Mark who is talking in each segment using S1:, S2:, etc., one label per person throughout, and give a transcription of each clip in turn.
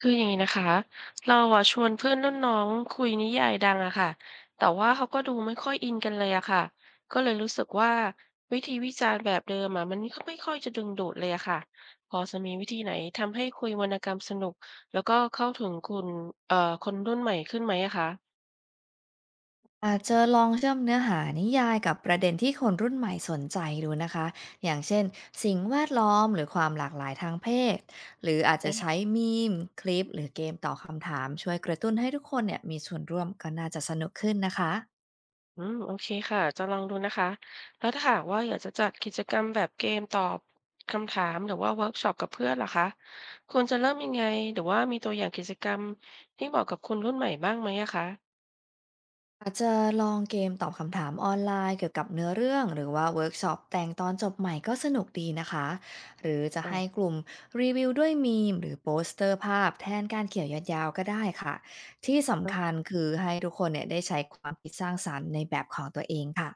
S1: คืออย่างนี้นะคะเราอะชวนเพื่อนรุ่นน้องคุยนิยายดังอะค่ะแต่ว่าเขาก็ดูไม่ค่อยอินกันเลยอะค่ะก็เลยรู้สึกว่าวิธีวิจารณ์แบบเดิมอะมันก็ไม่ค่อยจะดึงดูดเลยอะค่ะพอจะมีวิธีไหนทำให้คุยวรรณกรรมสนุกแล้วก็เข้าถึงคุณคนรุ่นใหม่ขึ้นไหมอะคะ
S2: อาจจะลองเชื่อมเนื้อหานิยายกับประเด็นที่คนรุ่นใหม่สนใจดูนะคะอย่างเช่นสิ่งแวดล้อมหรือความหลากหลายทางเพศหรืออาจจะใช้มีมคลิปหรือเกมต่อบคำถามช่วยกระตุ้นให้ทุกคนเนี่ยมีส่วนร่วมก็น่าจะสนุกขึ้นนะคะ
S1: อืมโอเคค่ะจะลองดูนะคะแล้วถ้าหากว่าอยากจะจัดกิจกรรมแบบเกมตอบคำถามหรือว่าเวิร์กช็อปกับเพื่อนล่ะคะควรจะเริ่มยังไงหรือว่ามีตัวอย่างกิจกรรมที่เหมาะกับคนรุ่นใหม่บ้างไหมอะคะ
S2: อาจจะลองเกมตอบคำถามออนไลน์เกี่ยวกับเนื้อเรื่องหรือว่าเวิร์กช็อปแต่งตอนจบใหม่ก็สนุกดีนะคะหรือจะ
S1: อ๋อ
S2: ให้กลุ่มรีวิวด้วยมีมหรือโปสเตอร์ภาพแทนการเขียนยาวๆก็ได้ค่ะที่
S1: อื
S2: สำคัญ
S1: ม
S2: คือให้ทุกคนเนี่ยได้ใช้ความคิดสร้างสรรค์ในแบบของตัวเองค่ะ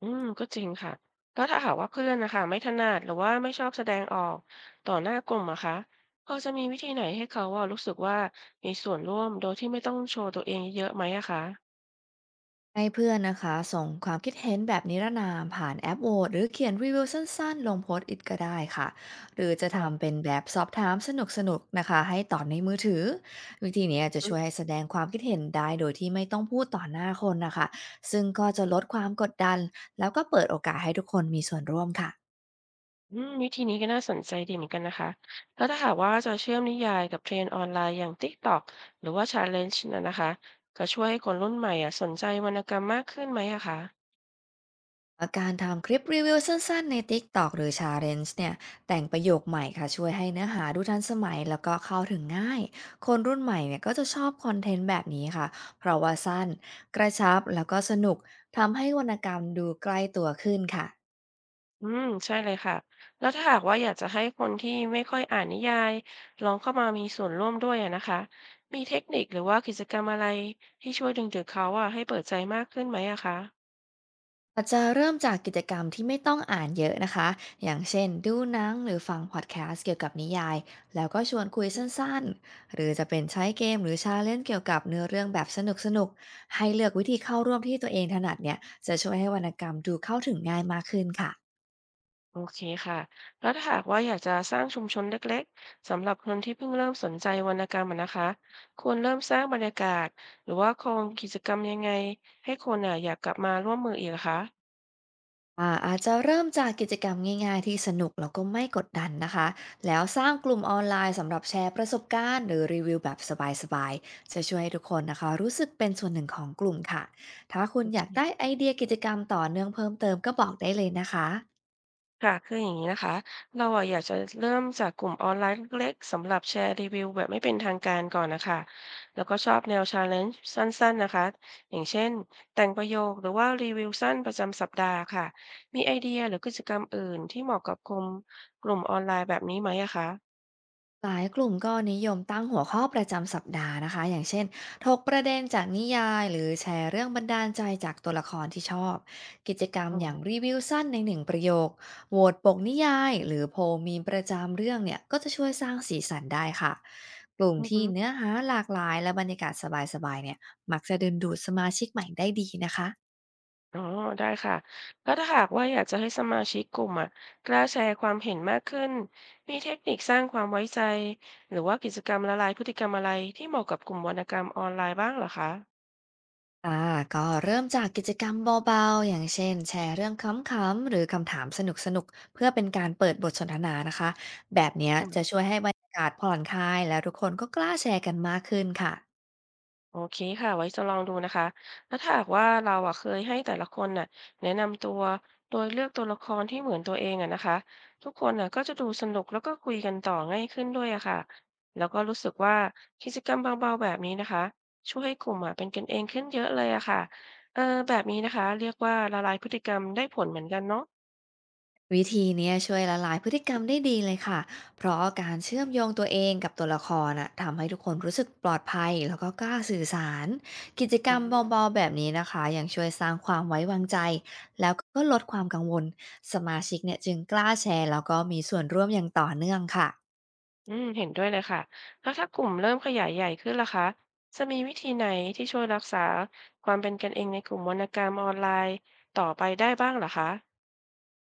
S1: อืมก็จริงค่ะแล้วถ้าหากว่าเพื่อนนะคะไม่ถนัดหรือว่าไม่ชอบแสดงออกต่อหน้ากลุ่มอะคะพอจะมีวิธีไหนให้เขาว่ารู้สึกว่ามีส่วนร่วมโดยที่ไม่ต้องโชว์ตัวเองเยอะๆไหมอะคะ
S2: ให้เพื่อนนะคะส่งความคิดเห็นแบบนิรนามผ่านแอปโหวตหรือเขียนรีวิวสั้นๆลงโพสต์อิทก็ได้ค่ะหรือจะทำ
S1: ค่ะ
S2: เป็นแบบสอบถามสนุกๆนะคะให้ตอบในมือถือวิธีเนี้ยจะช่วยให้แสดงความคิดเห็นได้โดยที่ไม่ต้องพูดต่อหน้าคนนะคะซึ่งก็จะลดความกดดันแล้วก็เปิดโอกาสให้ทุกคนมีส่วนร่วมค่ะ
S1: อืมวิธีนี้ก็น่าสนใจดีเหมือนกันนะคะ แล้วถ้าหากว่าจะเชื่อมนิยายกับเทรนด์ออนไลน์อย่าง TikTok หรือว่า Challenge นจ์นะนะคะก็ช่วยให้คนรุ่นใหม่อ่ะสนใจวรรณกรรมมากขึ้นไหมอะคะ
S2: การทำคลิปรีวิวสั้นๆใน TikTok หรือ Challenge เนี่ย แต่งประโยคใหม่ค่ะช่วยให้เนื้อหาดูทันสมัยแล้วก็เข้าถึงง่าย คนรุ่นใหม่เนี่ยก็จะชอบคอนเทนต์แบบนี้ค่ะ เพราะว่าสั้นกระชับแล้วก็สนุกทำให้วรรณกรรมดูใกล้ตัวขึ้นค่ะ
S1: อืมใช่เลยค่ะ แล้วถ้าหากว่าอยากจะให้คนที่ไม่ค่อยอ่านนิยายลองเข้ามามีส่วนร่วมด้วยอะนะคะ มีเทคนิคหรือว่ากิจกรรมอะไรที่ช่วยดึงดูดเขาอ่ะให้เปิดใจมากขึ้นไหมอะคะ
S2: อาจจะเริ่มจากกิจกรรมที่ไม่ต้องอ่านเยอะนะคะอย่างเช่นดูหนังหรือฟังพอดแคสต์เกี่ยวกับนิยาย แล้วก็ชวนคุยสั้นๆ หรือจะเป็นใช้เกมหรือชาเลนจ์เกี่ยวกับเนื้อเรื่องแบบสนุกๆ ให้เลือกวิธีเข้าร่วมที่ตัวเองถนัดเนี่ยจะช่วยให้วรรณกรรมดูเข้าถึงง่ายมากขึ้นค่ะ
S1: โอเคค่ะ แล้วถ้าหากว่าอยากจะสร้างชุมชนเล็กๆ สำหรับคนที่เพิ่งเริ่มสนใจวรรณกรรมอะนะคะ ควรเริ่มสร้างบรรยากาศหรือว่าโครงกิจกรรมยังไงให้คนอ่ะอยากกลับมาร่วมมืออีกอะคะ
S2: อาจจะเริ่มจากกิจกรรมง่ายๆที่สนุกแล้วก็ไม่กดดันนะคะ แล้วสร้างกลุ่มออนไลน์สำหรับแชร์ประสบการณ์หรือรีวิวแบบสบายๆ จะช่วยให้ทุกคนนะคะรู้สึกเป็นส่วนหนึ่งของกลุ่มค่ะ ถ้าคุณ
S1: โอ
S2: อ
S1: เค
S2: ยากได้ไอเดียกิจกรรมต่อเนื่องเพิ่มเติมก็บอกได้เลยนะคะ
S1: ค่ะ คืออย่างนี้นะคะ เราอะอยากจะเริ่มจากกลุ่มออนไลน์เล็กๆสำหรับแชร์รีวิวแบบไม่เป็นทางการก่อนนะคะ แล้วก็ชอบแนวชาเลนจ์สั้นๆนะคะอย่างเช่นแต่งประโยคหรือว่ารีวิวสั้นประจำสัปดาห์ค่ะ มีไอเดียหรือกิจกรรมอื่นที่เหมาะกับกลุ่มออนไลน์แบบนี้ไหมอะคะ
S2: หลายกลุ่มก็นิยมตั้งหัวข้อประจำสัปดาห์นะคะอย่างเช่นถกประเด็นจากนิยายหรือแชร์เรื่องบันดาลใจจากตัวละครที่ชอบ กิจกรรม
S1: อ๋อ
S2: อย่างรีวิวสั้นในหนึ่งประโยคโหวตปกนิยายหรือโพลมีมประจำเรื่องเนี่ยก็จะช่วยสร้างสีสันได้ค่ะ กลุ่ม
S1: อือ
S2: ที่
S1: ฮึ
S2: เนื้อหาหลากหลายและบรรยากาศสบายๆเนี่ยมักจะดึงดูดสมาชิกใหม่ได้ดีนะคะ
S1: อ๋อได้ค่ะแล้วถ้าหากว่าอยากจะให้สมาชิกกลุ่มอะกล้าแชร์ความเห็นมากขึ้นมีเทคนิคสร้างความไว้ใจหรือว่ากิจกรรมละลายพฤติกรรมอะไรที่เหมาะกับกลุ่มวรรณกรรมออนไลน์บ้างเหรอคะ
S2: อ่าก็เริ่มจากกิจกรรมเบาๆ อย่างเช่นแชร์เรื่องขำๆ หรือคำถามสนุกๆ เพื่อเป็นการเปิดบทสนทนานะคะแบบเนี้ยจะช่วยให้บรรยากาศผ่อนคลายแล้วทุกคนก็กล้าแชร์กันมากขึ้นค่ะ
S1: โอเคค่ะไว้จะลองดูนะคะแล้วถ้าหากว่าเราอะเคยให้แต่ละคนน่ะแนะนำตัวโดยเลือกตัวละครที่เหมือนตัวเองอะนะคะทุกคนน่ะก็จะดูสนุกแล้วก็คุยกันต่อง่ายขึ้นด้วยอะค่ะแล้วก็รู้สึกว่ากิจกรรมเบาๆแบบนี้นะคะช่วยให้กลุ่มอะเป็นกันเองขึ้นเยอะเลยอะค่ะเออแบบนี้นะคะเรียกว่าละลายพฤติกรรมได้ผลเหมือนกันเนาะ
S2: วิธีเนี้ยช่วยละลายพฤติกรรมได้ดีเลยค่ะ เพราะการเชื่อมโยงตัวเองกับตัวละครน่ะทำให้ทุกคนรู้สึกปลอดภัยแล้วก็กล้าสื่อสารกิจกรรมเบาๆแบบนี้นะคะยังช่วยสร้างความไว้วางใจแล้วก็ลดความกังวลสมาชิกเนี่ยจึงกล้าแชร์แล้วก็มีส่วนร่วมอย่างต่อเนื่องค่ะ
S1: อืมเห็นด้วยเลยค่ะแล้วถ้ากลุ่มเริ่มขยายใหญ่ขึ้นล่ะคะจะมีวิธีไหนที่ช่วยรักษาความเป็นกันเองในกลุ่มวรรณกรรมออนไลน์ต่อไปได้บ้างเหรอคะ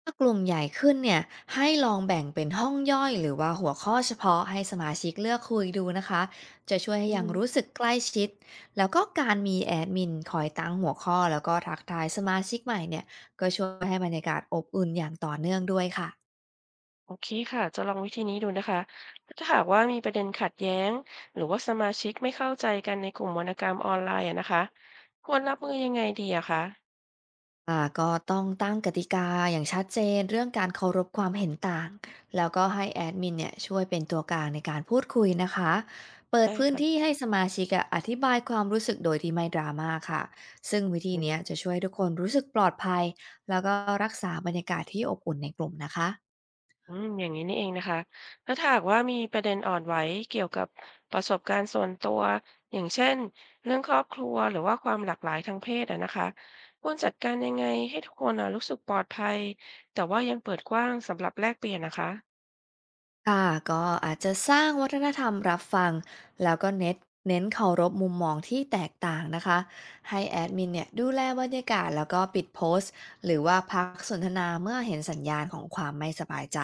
S2: ถ้ากลุ่มใหญ่ขึ้นเนี่ยให้ลองแบ่งเป็นห้องย่อยหรือว่าหัวข้อเฉพาะให้สมาชิกเลือกคุยดูนะคะจะช่วยให้
S1: อื
S2: ยั
S1: ม
S2: งรู้สึกใกล้ชิดแล้วก็การมีแอดมินคอยตั้งหัวข้อแล้วก็ทักทายสมาชิกใหม่เนี่ยก็ช่วยให้บรรยากาศอบอุ่นอย่างต่อเนื่องด้วยค่ะ
S1: โอเคค่ะจะลองวิธีนี้ดูนะคะถ้าหากว่ามีประเด็นขัดแย้งหรือว่าสมาชิกไม่เข้าใจกันในกลุ่มวรรณกรรมออนไลน์อะนะคะควรรับมือยังไงดีอะคะ
S2: ก็ต้องตั้งกติกาอย่างชัดเจนเรื่องการเคารพความเห็นต่างแล้วก็ให้แอดมินเนี่ยช่วยเป็นตัวกลางในการพูดคุยนะคะเปิด
S1: ได้
S2: พื้นที่
S1: ค่ะ
S2: ให้สมาชิกอะอธิบายความรู้สึกโดยที่ไม่ดราม่าค่ะซึ่งวิธีเนี้ยจะช่วยให้ทุกคนรู้สึกปลอดภัยแล้วก็รักษาบรรยากาศที่อบอุ่นในกลุ่มนะคะ
S1: อืมอย่างนี้นี่เองนะคะแล้วถ้าหากว่ามีประเด็นอ่อนไหวเกี่ยวกับประสบการณ์ส่วนตัวอย่างเช่นเรื่องครอบครัวหรือว่าความหลากหลายทางเพศอะนะคะควรจัดการยังไงให้ทุกคนอะรู้สึกปลอดภัยแต่ว่ายังเปิดกว้างสำหรับแลกเปลี่ยนนะคะ
S2: ค่ะก็อาจจะสร้างวัฒนธรรมรับฟังแล้วก็เน้นเคารพมุมมองที่แตกต่างนะคะให้แอดมินเนี่ยดูแลบรรยากาศแล้วก็ปิดโพสต์หรือว่าพักสนทนาเมื่อเห็นสัญญาณของความไม่สบายใจ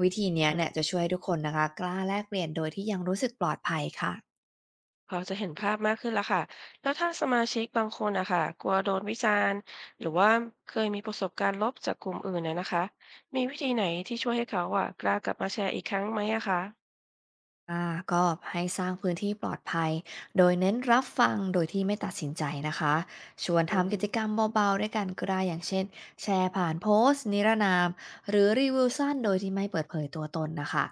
S2: วิธีเนี้ย
S1: อ่
S2: เนี่ย
S1: า
S2: จะช่วยให้ทุกคนนะคะกล้าแลกเปลี่ยนโดยที่ยังรู้สึกปลอดภัยค่ะ
S1: พอจะเห็นภาพมากขึ้นแล้วค่ะแล้วถ้าสมาชิกบางคนอะค่ะกลัวโดนวิจารณ์หรือว่าเคยมีประสบการณ์ลบจากกลุ่มอื่นนะนะคะมีวิธีไหนที่ช่วยให้เขาอะกล้ากลับมาแชร์อีกครั้งไหมอะคะ
S2: อ่าก็ให้สร้างพื้นที่ปลอดภัยโดยเน้นรับฟังโดยที่ไม่ตัดสินใจนะคะชวน
S1: อื
S2: ทำกิจ
S1: ม
S2: กรรมเบาๆด้วยกันก็ได้อย่างเช่นแชร์ผ่านโพสต์นิรนามหรือรีวิวสั้นโดยที่ไม่เปิดเผยตัวตนนะคะ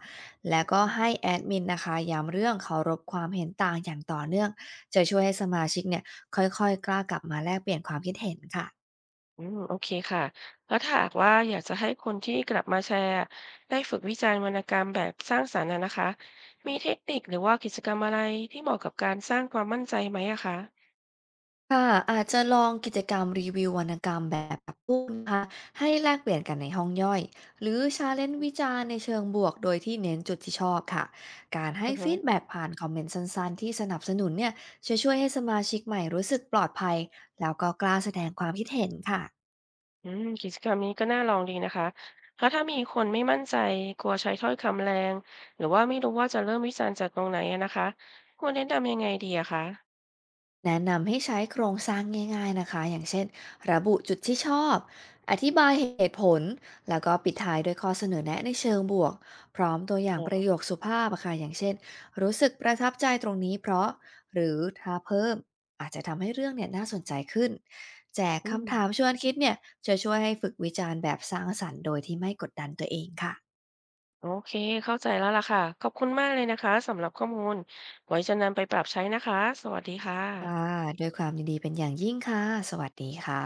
S2: และ
S1: โอเค
S2: ก็ให้แอดมินนะคะย้ำเรื่องเคารพความเห็นต่างอย่างต่อเนื่องจะช่วยให้สมาชิกเนี่ยค่อยๆกล้ากลับมาแลกเปลี่ยนความคิดเห็นค่ะ
S1: อืมโอเคค่ะแล้วถ้าหากว่าอยากจะให้คนที่กลับมาแชร์ได้ฝึกวิจารณ์วรรณกรรมแบบสร้างสรรค์อะนะคะมีเทคนิคหรือว่ากิจกรรมอะไรที่เหมาะกับการสร้างความมั่นใจไหมอะคะ
S2: ค่ะอาจจะลองกิจกรรมรีวิววรรณกรรมแบบปรับปรุงนะคะให้แลกเปลี่ยนกันในห้องย่อยหรือชาเลนจ์วิจารณ์ในเชิงบวกโดยที่เน้นจุดที่ชอบค่ะการให้
S1: อือฮึ
S2: ฟีดแบ็กผ่านคอมเมนต์สั้นๆที่สนับสนุนเนี่ยจะช่วยให้สมาชิกใหม่รู้สึกปลอดภัยแล้วก็กล้าแสดงความคิดเห็นค่ะ
S1: อืมกิจกรรมนี้ก็น่าลองดีนะคะแล้วถ้ามีคนไม่มั่นใจกลัวใช้ถ้อยคำแรงหรือว่าไม่รู้ว่าจะเริ่มวิจารณ์จากตรงไหนอะนะคะควรแนะนำยังไงดีอะคะ
S2: แนะนำให้ใช้โครงสร้างง่ายๆนะคะ อย่างเช่นระบุจุดที่ชอบ อธิบายเหตุผล แล้วก็ปิดท้ายด้วยข้อเสนอแนะในเชิงบวก พร้อมตัวอย่าง
S1: อ๋
S2: ประ
S1: อ
S2: โยคสุภาพอะค่ะอย่างเช่นรู้สึกประทับใจตรงนี้เพราะ หรือถ้าเพิ่มอาจจะทำให้เรื่องเนี่ยน่าสนใจขึ้นแจก
S1: อื
S2: คำถาม
S1: ม
S2: ชวนคิดเนี่ยจะช่วยให้ฝึกวิจารณ์แบบสร้างสรรค์โดยที่ไม่กดดันตัวเองค่ะ
S1: โอเคเข้าใจแล้วล่ะค่ะขอบคุณมากเลยนะคะสำหรับข้อมูลไว้จะนำไปปรับใช้นะคะสวัสดีค่
S2: ค่ะ
S1: ะ
S2: ด้วยความยินดีเป็นอย่างยิ่งค่ะสวัสดีค่ะ